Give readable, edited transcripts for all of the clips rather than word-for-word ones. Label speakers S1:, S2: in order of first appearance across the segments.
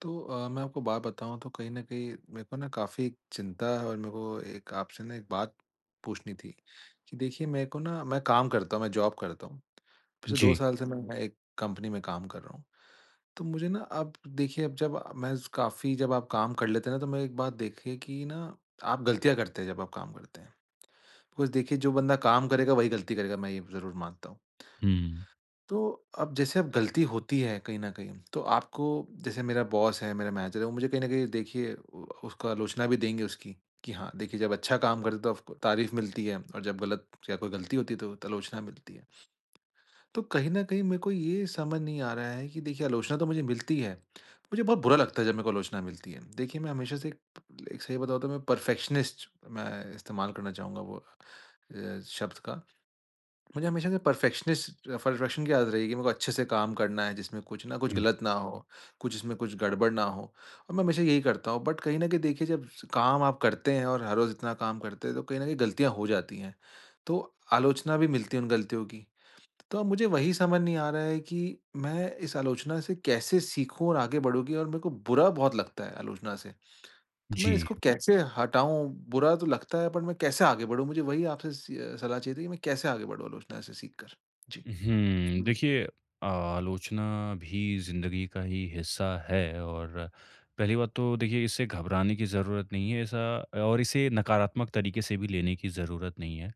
S1: तो मैं आपको बात बताऊँ तो कहीं न कहीं मेरे को ना काफ़ी एक चिंता है, और मेरे को एक आपसे ना एक बात पूछनी थी कि देखिए, मेरे को ना, मैं काम करता हूँ, मैं जॉब करता हूँ। पिछले 2
S2: जी।
S1: साल से मैं एक कंपनी में काम कर रहा हूँ। तो मुझे ना, अब देखिए, अब जब मैं काफ़ी, जब आप काम कर लेते हैं ना, तो मैं एक बात देखिए कि ना आप गलतियाँ करते हैं जब आप काम करते हैं। बिकॉज़ देखिए, जो बंदा काम करेगा वही गलती करेगा, मैं ये ज़रूर मानता हूँ।
S2: हुँ।
S1: तो अब जैसे अब गलती होती है कहीं न कहीं, तो आपको, जैसे मेरा बॉस है, मेरा मैनेजर है, वो मुझे कहीं न कहीं देखिए उ उसको आलोचना भी देंगे उसकी, कि हाँ, देखिए, जब अच्छा काम करते हो तो आपको तारीफ़ मिलती है, और जब गलत या कोई गलती होती है तो आलोचना मिलती है। तो कहीं न कहीं मेरे को ये समझ नहीं आ रहा है कि देखिए, आलोचना तो मुझे मिलती है, मुझे बहुत बुरा लगता है जब मेरे को आलोचना मिलती है। देखिए, मैं हमेशा से एक एक सही बताऊँ तो मैं परफेक्शनिस्ट, मैं इस्तेमाल करना चाहूँगा वो शब्द का। मुझे हमेशा से परफेक्शन की आदत रही है कि मेरे को अच्छे से काम करना है, जिसमें कुछ ना कुछ
S2: हुँ,
S1: गलत ना हो, कुछ इसमें कुछ गड़बड़ ना हो, और मैं हमेशा यही करता हूँ। बट कहीं न कहीं देखिए, जब स काम आप करते हैं और हर रोज़ इतना काम करते हैं तो कहीं न कहीं गलतियाँ हो जाती हैं। तो आलोचना भी मिलती है उन गलतियों की। तो अब मुझे वही समझ नहीं आ रहा है कि मैं इस आलोचना से कैसे सीखूँ और आगे बढ़ूँगी, और मेरे को बुरा बहुत लगता है आलोचना से। तो मैं
S2: जी।
S1: इसको कैसे हटाऊँ? बुरा तो लगता है, बट मैं कैसे आगे बढ़ूँ? मुझे वही आपसे सलाह चाहिए थी कि मैं कैसे आगे बढूँ आलोचना से सीख कर? जी।
S2: हुँ, देखिए आलोचना भी ज़िंदगी का ही हिस्सा है। और पहली बात तो देखिए, इससे घबराने की ज़रूरत नहीं है ऐसा, और इसे नकारात्मक तरीके से भी लेने की ज़रूरत नहीं है।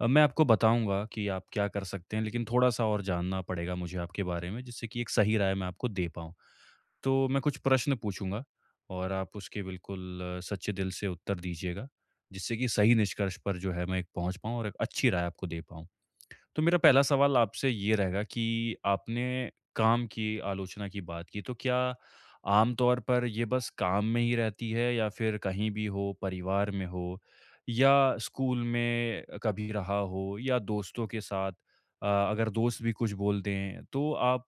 S2: मैं आपको बताऊँगा कि आप क्या कर सकते हैं, लेकिन थोड़ा-सा और जानना पड़ेगा मुझे आपके बारे में, जिससे कि एक सही राय मैं आपको दे पाऊँ। तो मैं कुछ प्रश्न पूछूंगा और आप उसके बिल्कुल सच्चे दिल से उत्तर दीजिएगा, जिससे कि सही निष्कर्ष पर जो है मैं एक पहुंच पाऊं और एक अच्छी राय आपको दे पाऊं। तो मेरा पहला सवाल आपसे ये रहेगा कि आपने काम की आलोचना की बात की, तो क्या आमतौर पर ये बस काम में ही रहती है या फिर कहीं भी हो, परिवार में हो या स्कूल में कभी रहा हो या दोस्तों के साथ? अगर दोस्त भी कुछ बोल दें, तो आप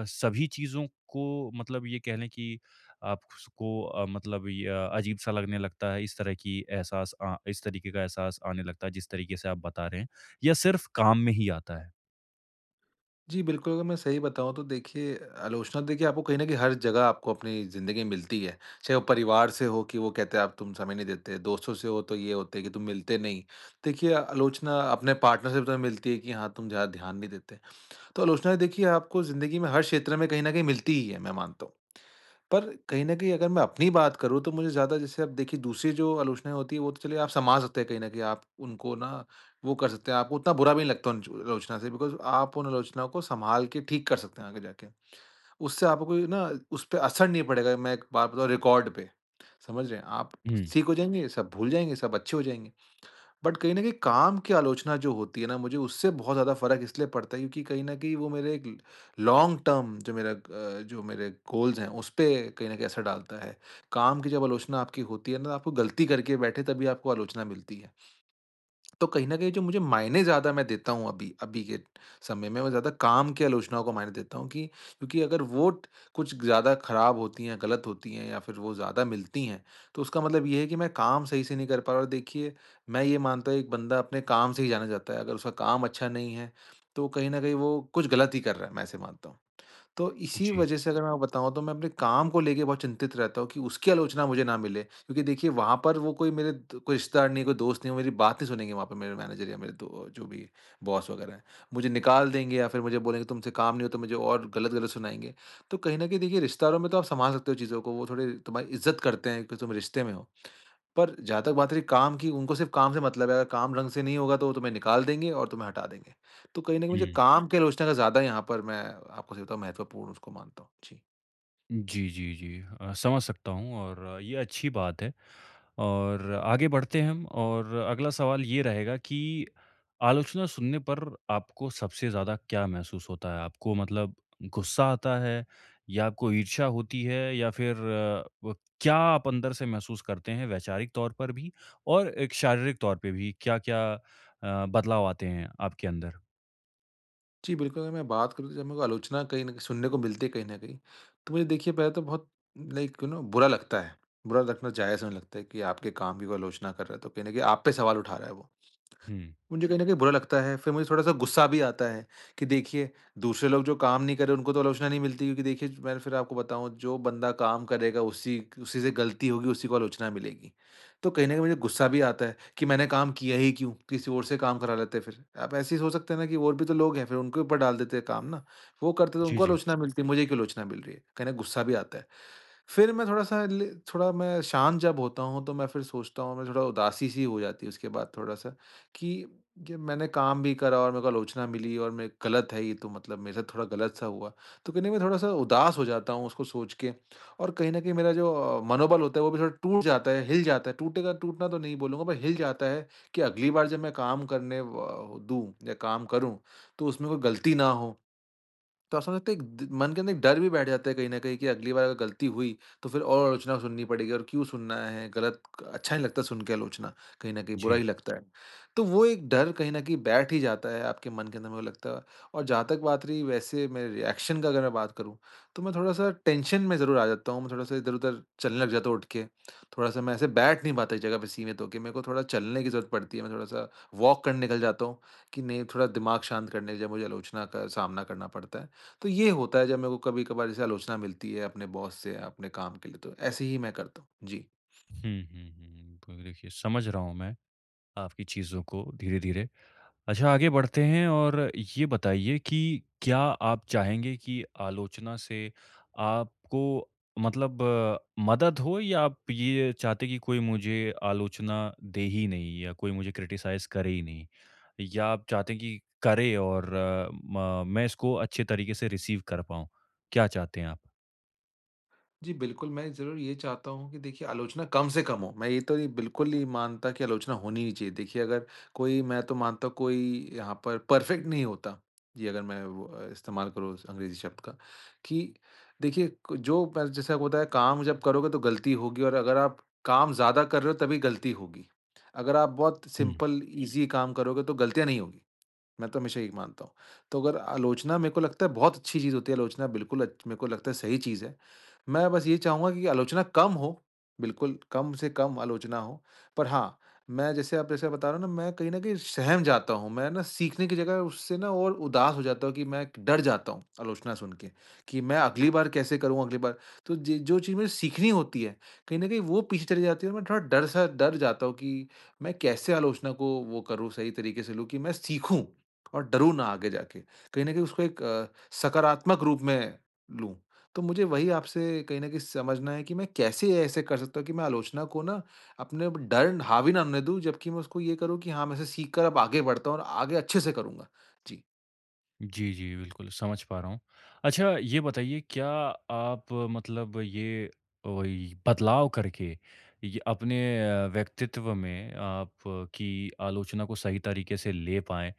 S2: सभी चीज़ों को मतलब ये कह लें कि आपको, मतलब ये, अजीब-सा लगने लगता है, इस तरह की एहसास, इस तरीके का एहसास आने लगता है, जिस तरीके से आप बता रहे हैं? या सिर्फ काम में ही आता है?
S1: जी, बिल्कुल, अगर मैं सही बताऊँ तो देखिए, आलोचना तो देखिए आपको कहीं न कहीं हर जगह आपको अपनी ज़िंदगी में मिलती है। चाहे वो परिवार से हो कि वो कहते हैं आप तुम समय नहीं देते, दोस्तों से हो तो ये होते हैं कि तुम मिलते नहीं। देखिए, आलोचना अपने पार्टनर से तो मिलती है कि हाँ, तुम ज़्यादा ध्यान नहीं देते। तो आलोचना देखिए आपको ज़िंदगी में हर क्षेत्र में कहीं न कहीं मिलती ही है, मैं मानता हूँ। पर कहीं न कहीं अगर मैं अपनी बात करूँ तो मुझे ज़्यादा, जैसे, अब देखिए, दूसरी जो आलोचनाएँ होती है वो तो चलिए आप सँभाल सकते हैं, कहीं न कहीं आप उनको ना वो कर सकते हैं, आपको उतना बुरा भी नहीं लगता उन आलोचना से, बिकॉज़ आप उन आलोचनाओं को सँभाल के ठीक कर सकते हैं आगे जाके। उससे आपको कोई ना, उस पे असर नहीं पड़ेगा, मैं एक बात बताऊँ रिकॉर्ड पे, समझ रहे हैं? आप
S2: हुँ।
S1: ठीक हो जाएँगे, सब भूल जाएँगे, सब अच्छे हो जाएँगे। बट कहीं न कहीं काम की आलोचना जो होती है ना, मुझे उससे बहुत ज़्यादा फ़र्क इसलिए पड़ता है, क्योंकि कहीं न कहीं वो मेरे एक लॉन्ग टर्म, जो मेरा जो मेरे गोल्स हैं, उस पे कहीं न कहीं असर डालता है। काम की जब आलोचना आपकी होती है ना, आपको गलती करके बैठे तभी आपको आलोचना मिलती है। तो कहीं न कहीं जो मुझे मायने ज़्यादा मैं देता हूँ अभी, अभी के समय में, मैं ज़्यादा काम की आलोचनाओं को मायने देता हूँ कि, क्योंकि अगर वो ट कुछ ज़्यादा खराब होती हैं, गलत होती हैं, या फिर वो ज़्यादा मिलती हैं, तो उसका मतलब ये है कि मैं काम सही से नहीं कर पा रहा। और देखिए, मैं ये मानता हूँ, एक बंदा अपने काम से ही जाना जाता है, अगर उसका काम अच्छा नहीं है, तो कहीं न कहीं वो कुछ गलत ही कर रहा है, मैं ऐसे मानता हूँ। तो इसी
S2: जी।
S1: वजह से अगर मैं बताऊँ तो मैं अपने काम को लेके बहुत चिंतित रहता हूँ कि उसकी आलोचना मुझे ना मिले। क्योंकि देखिए, वहाँ पर वो कोई मेरे द कोई रिश्तेदार नहीं है, कोई दोस्त नहीं है, वो मेरी बात नहीं सुनेंगे, वहाँ पे मेरे मैनेजर या मेरे दो जो भी बॉस वग़ैरह हैं। मुझे निकाल देंगे या फिर मुझे बोलेंगे तुमसे काम नहीं होता, मुझे और गलत-गलत सुनाएँगे। तो कहीं न कहीं देखिए, रिश्तेदारों में तो आप सँभाल सकते हो चीज़ों को, वो थोड़े तुम्हारी इज़्ज़त करते हैं कि तुम रिश्ते में हो। पर जहाँ तक बात रही काम की, उनको सिर्फ़ काम से मतलब है, अगर काम ढंग से नहीं होगा तो वो तुम्हें निकाल देंगे और तुम्हें हटा देंगे। तो कहीं न कहीं मुझे
S2: हुँ।
S1: काम की आलोचना का ज़्यादा, यहाँ पर मैं आपको सही बताऊँ, महत्वपूर्ण उसको मानता हूँ। जी।
S2: जी, जी, जी। समझ सकता हूँ और ये अच्छी बात है। और आगे बढ़ते हैं हम, और अगला सवाल ये रहेगा कि आलोचना सुनने पर आपको सबसे ज़्यादा क्या महसूस होता है? आपको मतलब गुस्सा आता है या आपको ईर्ष्या होती है, या फिर व क्या आप अंदर से महसूस करते हैं, वैचारिक तौर पर भी और एक शारीरिक तौर पे भी? क्या-क्या बदलाव आते हैं आपके अंदर?
S1: जी, बिल्कुल, अगर मैं बात करूँ तो जब मेरे को आलोचना कहीं न कहीं सुनने को मिलती है कहीं न कहीं, तो मुझे देखिए पहले तो बहुत लाइक यू नो बुरा लगता है। बुरा लगना जायज़ होने लगता है कि आपके काम की कोई आलोचना कर रहा है तो कहीं न कहीं आप पे सवाल उठा रहा है वो।
S2: हुँ।
S1: मुझे कहीं न कहीं बुरा लगता है, फिर मुझे थोड़ा-सा गुस्सा भी आता है कि देखिए, दूसरे लोग जो काम नहीं कर रहे उनको तो आलोचना नहीं मिलती, क्योंकि देखिए मैं फिर आपको बताऊँ, जो बंदा काम करेगा उसी उसी से गलती होगी, उसी को आलोचना मिलेगी। तो कहीं न कहीं मुझे गुस्सा भी आता है कि मैंने काम किया ही क्यों? किसी और से काम करा लेते फिर। आप ऐसे ही सोच सकते हैं ना, कि और भी तो लोग हैं, फिर उनके ऊपर डाल देते हैं काम ना। वो करते तो
S2: जी,
S1: उनको
S2: जी।
S1: आलोचना मिलती, मुझे क्यों आलोचना मिल रही है? कहीं न गुस्सा भी आता है। फिर मैं थोड़ा-सा ले थोड़ा, मैं शांत जब होता हूँ तो मैं फिर सोचता हूँ, मैं थोड़ा उदासी सी हो जाती है उसके बाद, थोड़ा-सा, कि ये मैंने काम भी करा और मेरे को आलोचना मिली, और मैं गलत है ये, तो मतलब मेरे साथ थोड़ा गलत सा हुआ। तो कहीं न, मैं थोड़ा-सा उदास हो जाता हूँ उसको सोच के, और कहीं न कहीं मेरा जो मनोबल होता है वो भी थोड़ा टूट जाता है, हिल जाता है। टूटेगा टूटना तो नहीं बोलूँगा, पर हिल जाता है, कि अगली बार जब मैं काम करने व दूँ या काम करूँ, तो उसमें कोई गलती ना हो। तो आप समझ सकते हैं, एक द मन के अंदर एक डर भी बैठ जाता है कहीं न कहीं, कि अगली बार अगर गलती हुई, तो फिर और आलोचना सुननी पड़ेगी, और क्यों सुनना है, गलत, अच्छा नहीं लगता सुन के आलोचना, कहीं न कहीं बुरा
S2: जी।
S1: ही लगता है। तो वो एक डर कहीं न कहीं बैठ ही जाता है आपके मन के अंदर, मुझे लगता है। और जहाँ तक बात रही वैसे मेरे रिएक्शन का, अगर मैं बात करूँ, तो मैं थोड़ा-सा टेंशन में ज़रूर आ जाता हूँ, मैं थोड़ा-सा इधर-उधर चलने लग जाता हूँ उठ के। थोड़ा-सा मैं ऐसे बैठ नहीं पाता एक जगह पे सीमित होके, मेरे को थोड़ा चलने की ज़रूरत पड़ती है, मैं थोड़ा-सा वॉक करने निकल जाता हूँ, कि नहीं, थोड़ा दिमाग शांत करने के लिए मुझे आलोचना का सामना करना पड़ता है। तो ये होता है, जब मेरे को कभी-कभार जैसे आलोचना मिलती है अपने बॉस से अपने काम के लिए, तो ऐसे ही मैं करता हूँ। जी।
S2: हुँ, हुँ, हुँ। तो देखिए, समझ रहा हूँ मैं आपकी चीज़ों को धीरे-धीरे। अच्छा, आगे बढ़ते हैं और ये बताइए कि क्या आप चाहेंगे कि आलोचना से आपको मतलब मदद हो, या आप ये चाहते हैं कि कोई मुझे आलोचना दे ही नहीं, या कोई मुझे क्रिटिसाइज़ करे ही नहीं? या आप चाहते हैं कि करे और अ, म मैं इसको अच्छे तरीके से रिसीव कर पाऊँ? क्या चाहते हैं आप?
S1: जी, बिल्कुल, मैं ज़रूर ये चाहता हूँ कि देखिए, आलोचना कम से कम हो। मैं ये तो बिल्कुल नहीं मानता कि आलोचना होनी ही चाहिए। देखिए, अगर कोई, मैं तो मानता हूँ, कोई यहाँ पर परफेक्ट नहीं होता। जी, अगर मैं वो इस्तेमाल करूँ उस अंग्रेज़ी शब्द का, कि देखिए क जो प जैसे आपको बताया, काम जब करोगे तो गलती होगी, और अगर आप काम ज़्यादा कर रहे हो तभी गलती होगी। अगर आप बहुत
S2: हुँ।
S1: सिंपल ईज़ी काम करोगे तो गलतियाँ नहीं होगी। मैं तो हमेशा यही मानता हूँ। तो अगर आलोचना, मेरे को लगता है बहुत अच्छी चीज़ होती है आलोचना, बिल्कुल अच्छ मेरे को लगता है सही चीज़ है। मैं बस ये चाहूँगा कि आलोचना कम हो, बिल्कुल कम से कम आलोचना हो। पर हाँ, मैं जैसे आप जैसे बता रहे हो ना, मैं कहीं न कहीं सहम जाता हूँ। मैं ना सीखने की जगह उससे ना और उदास हो जाता हूँ, कि मैं डर जाता हूँ आलोचना सुन के, कि मैं अगली बार कैसे करूँ अगली बार? तो जे जो चीज़ मुझे सीखनी होती है, कहीं न कहीं वो पीछे चली जाती है, और मैं थोड़ा डर सा डर जाता हूँ, कि मैं कैसे आलोचना को वो करूँ, सही तरीके से लूँ कि मैं सीखूँ, और डरूँ ना आगे जाके। कहीं न कहीं उसको एक सकारात्मक रूप में लूँ। तो मुझे वही आपसे कहीं न कहीं समझना है कि मैं कैसे ऐसे कर सकता हूँ कि मैं आलोचना को ना, अपने ऊपर डर हावी ना होने दूँ, जबकि मैं उसको ये करूँ कि हाँ, मैं इसे सीख कर अब आगे बढ़ता हूँ और आगे अच्छे से करूँगा। जी।
S2: जी, जी, बिल्कुल, समझ पा रहा हूँ। अच्छा, ये बताइए क्या आप मतलब ये वही बदलाव करके ये अपने व्यक्तित्व में आपकी आलोचना को सही तरीके से ले पाएँ,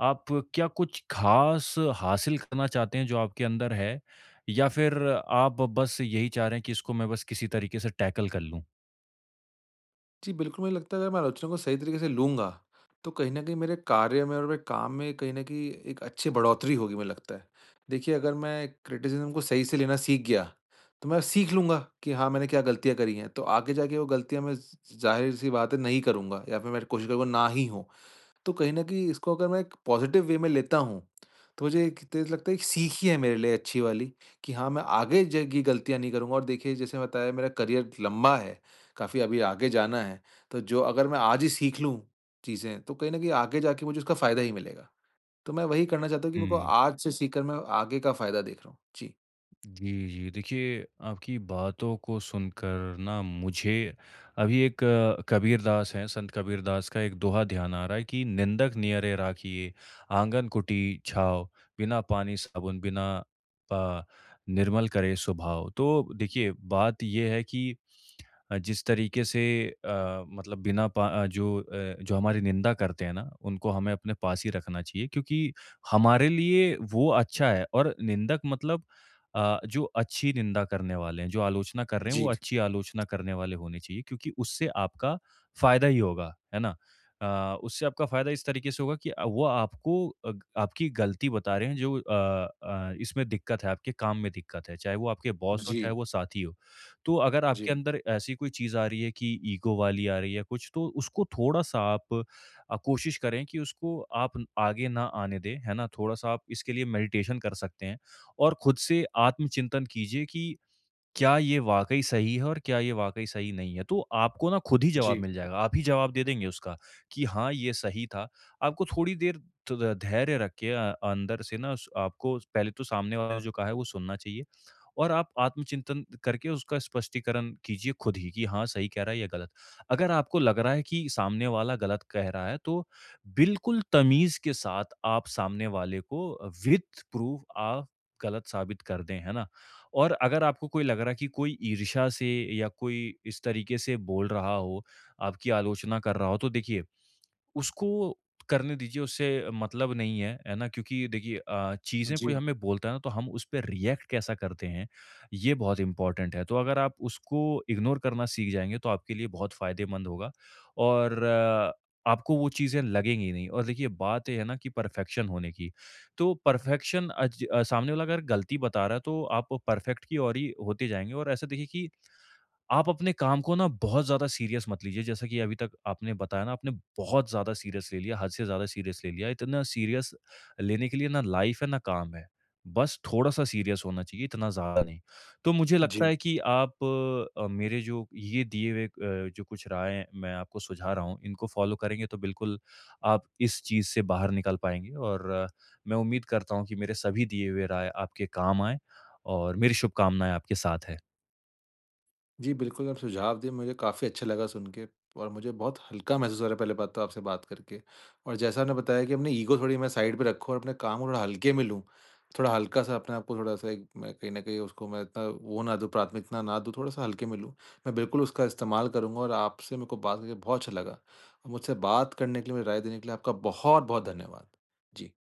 S2: आप क्या कुछ ख़ास हासिल करना चाहते हैं जो आपके अंदर है? या फिर आप बस यही चाह रहे हैं कि इसको मैं बस किसी तरीके से टैकल कर लूँ?
S1: जी, बिल्कुल, मुझे लगता है अगर मैं आलोचना को सही तरीके से लूँगा, तो कहीं न कहीं मेरे कार्य में और मेरे काम में कहीं न कहीं एक अच्छी बढ़ोतरी होगी, मुझे लगता है। देखिए, अगर मैं क्रिटिसिज़्म को सही से लेना सीख गया, तो मैं सीख लूँगा कि हाँ, मैंने क्या गलतियाँ करी हैं, तो आगे जाके वो गलतियाँ मैं ज़ ज़ाहिर-सी बात है नहीं करूँगा, या फिर मैं कोशिश करूँगा ना ही हो। तो कहीं न कहीं इसको अगर मैं एक पॉज़िटिव वे में लेता हूँ, तो मुझे एक तेज़ लगता है, एक सीख ही है मेरे लिए अच्छी वाली, कि हाँ, मैं आगे ज ये गलतियाँ नहीं करूँगा, और देखिए, जैसे बताया, मेरा करियर लंबा है, काफ़ी अभी आगे जाना है, तो जो अगर मैं आज ही सीख लूँ चीज़ें, तो कहीं न कहीं आगे जाके मुझे उसका फ़ायदा ही मिलेगा। तो मैं वही करना चाहता हूँ कि मेरे को
S2: हुँ।
S1: आज से सीख कर मैं आगे का फ़ायदा देख रहा हूँ। जी।
S2: जी, जी। देखिए, आपकी बातों को सुनकर ना मुझे अभी एक कबीरदास हैं, संत कबीरदास का एक दोहा ध्यान आ रहा है कि "निंदक नियरे राखिए, आँगन कुटी छाव, बिना पानी साबुन बिना पा निर्मल करे स्वभाव।" तो देखिए, बात ये है कि जिस तरीके से, मतलब बिना पा अ, जो, जो हमारी निंदा करते हैं ना, उनको हमें अपने पास ही रखना चाहिए, क्योंकि हमारे लिए वो अच्छा है। और निंदक मतलब, जो अच्छी निंदा करने वाले हैं, जो आलोचना कर रहे हैं,
S1: जी,
S2: वो अच्छी आलोचना करने वाले होने चाहिए, क्योंकि उससे आपका फ़ायदा ही होगा, है ना? उससे आपका फ़ायदा इस तरीके से होगा कि वो आपको अग आपकी गलती बता रहे हैं, जो इसमें दिक्कत है, आपके काम में दिक्कत है, चाहे वो आपके बॉस हों, चाहे
S1: जी,
S2: वो साथी हो। तो अगर आपके अंदर ऐसी कोई चीज़ आ रही है कि ईगो वाली आ रही है कुछ, तो उसको थोड़ा-सा आप कोशिश करें कि उसको आप आगे ना आने दें, है ना? थोड़ा-सा आप इसके लिए मेडिटेशन कर सकते हैं और खुद से आत्मचिंतन कीजिए कि क्या ये वाक़ई सही है और क्या ये वाक़ई सही नहीं है? तो आपको ना खुद ही जवाब
S1: जी,
S2: मिल जाएगा, आप ही जवाब दे देंगे उसका कि हाँ, ये सही था। आपको थोड़ी देर ध धैर्य रख के, अंदर से ना स आपको पहले तो सामने वाला जो कहा है वो सुनना चाहिए। और आप आत्मचिंतन करके उसका स्पष्टीकरण कीजिए खुद ही कि हाँ, सही कह रहा है या गलत। अगर आपको लग रहा है कि सामने वाला गलत कह रहा है, तो बिल्कुल तमीज़ के साथ आप सामने वाले को विद प्रूफ आप गलत साबित कर दें, है ना? और अगर आपको कोई लग रहा है कि कोई ईर्ष्या से या कोई इस तरीके से बोल रहा हो, आपकी आलोचना कर रहा हो, तो देखिए उसको करने दीजिए, उससे मतलब नहीं है, है ना? क्योंकि देखिए चीज़ें
S1: जी,
S2: कोई हमें बोलता है ना, तो हम उस पे रिएक्ट कैसा करते हैं, ये बहुत इम्पोर्टेंट है। तो अगर आप उसको इग्नोर करना सीख जाएँगे, तो आपके लिए बहुत फ़ायदेमंद होगा, और आपको वो चीज़ें लगेंगी नहीं। और देखिए, बात ये है ना कि परफेक्शन होने की, तो परफेक्शन सामने वाला अगर गलती बता रहा है, तो आप परफेक्ट की ओर ही होते जाएँगे। और ऐसा देखिए कि आप अपने काम को ना बहुत ज़्यादा सीरियस मत लीजिए। जैसा कि अभी तक आपने बताया ना, आपने बहुत ज़्यादा सीरियस ले लिया, हद से ज़्यादा सीरियस ले लिया। इतना सीरियस लेने के लिए ना लाइफ़ है ना काम है। बस थोड़ा-सा सीरियस होना चाहिए, इतना ज़्यादा नहीं। तो मुझे
S1: जी।
S2: लगता है कि आप मेरे जो ये दिए हुए, जो कुछ राय मैं आपको सुझा रहा हूँ, इनको फ़ॉलो करेंगे तो बिल्कुल आप इस चीज़ से बाहर निकल पाएँगे। और मैं उम्मीद करता हूँ कि मेरे सभी दिए हुए राय आपके काम आएँ और मेरी शुभकामनाएँ आपके साथ है।
S1: जी, बिल्कुल, आप सुझाव दिए मुझे काफ़ी अच्छा लगा सुन के, और मुझे बहुत हल्का महसूस हो रहा है पहली बात तो आपसे बात करके। और जैसा आपने बताया कि अपनी ईगो थोड़ी मैं साइड पे रखूँ और अपने काम को थोड़ा हल्के में लूँ। थोड़ा हल्का-सा अपने आप को, थोड़ा-सा एक, मैं कहीं न कहीं उसको मैं इतना वो ना दूँ, प्राथमिकता ना दूँ, थोड़ा-सा हल्के में लूँ। मैं बिल्कुल उसका इस्तेमाल करूँगा, और आपसे मेरे को बात करके बहुत अच्छा लगा। और मुझसे बात करने के लिए, मुझे राय देने के लिए आपका बहुत-बहुत धन्यवाद। जी।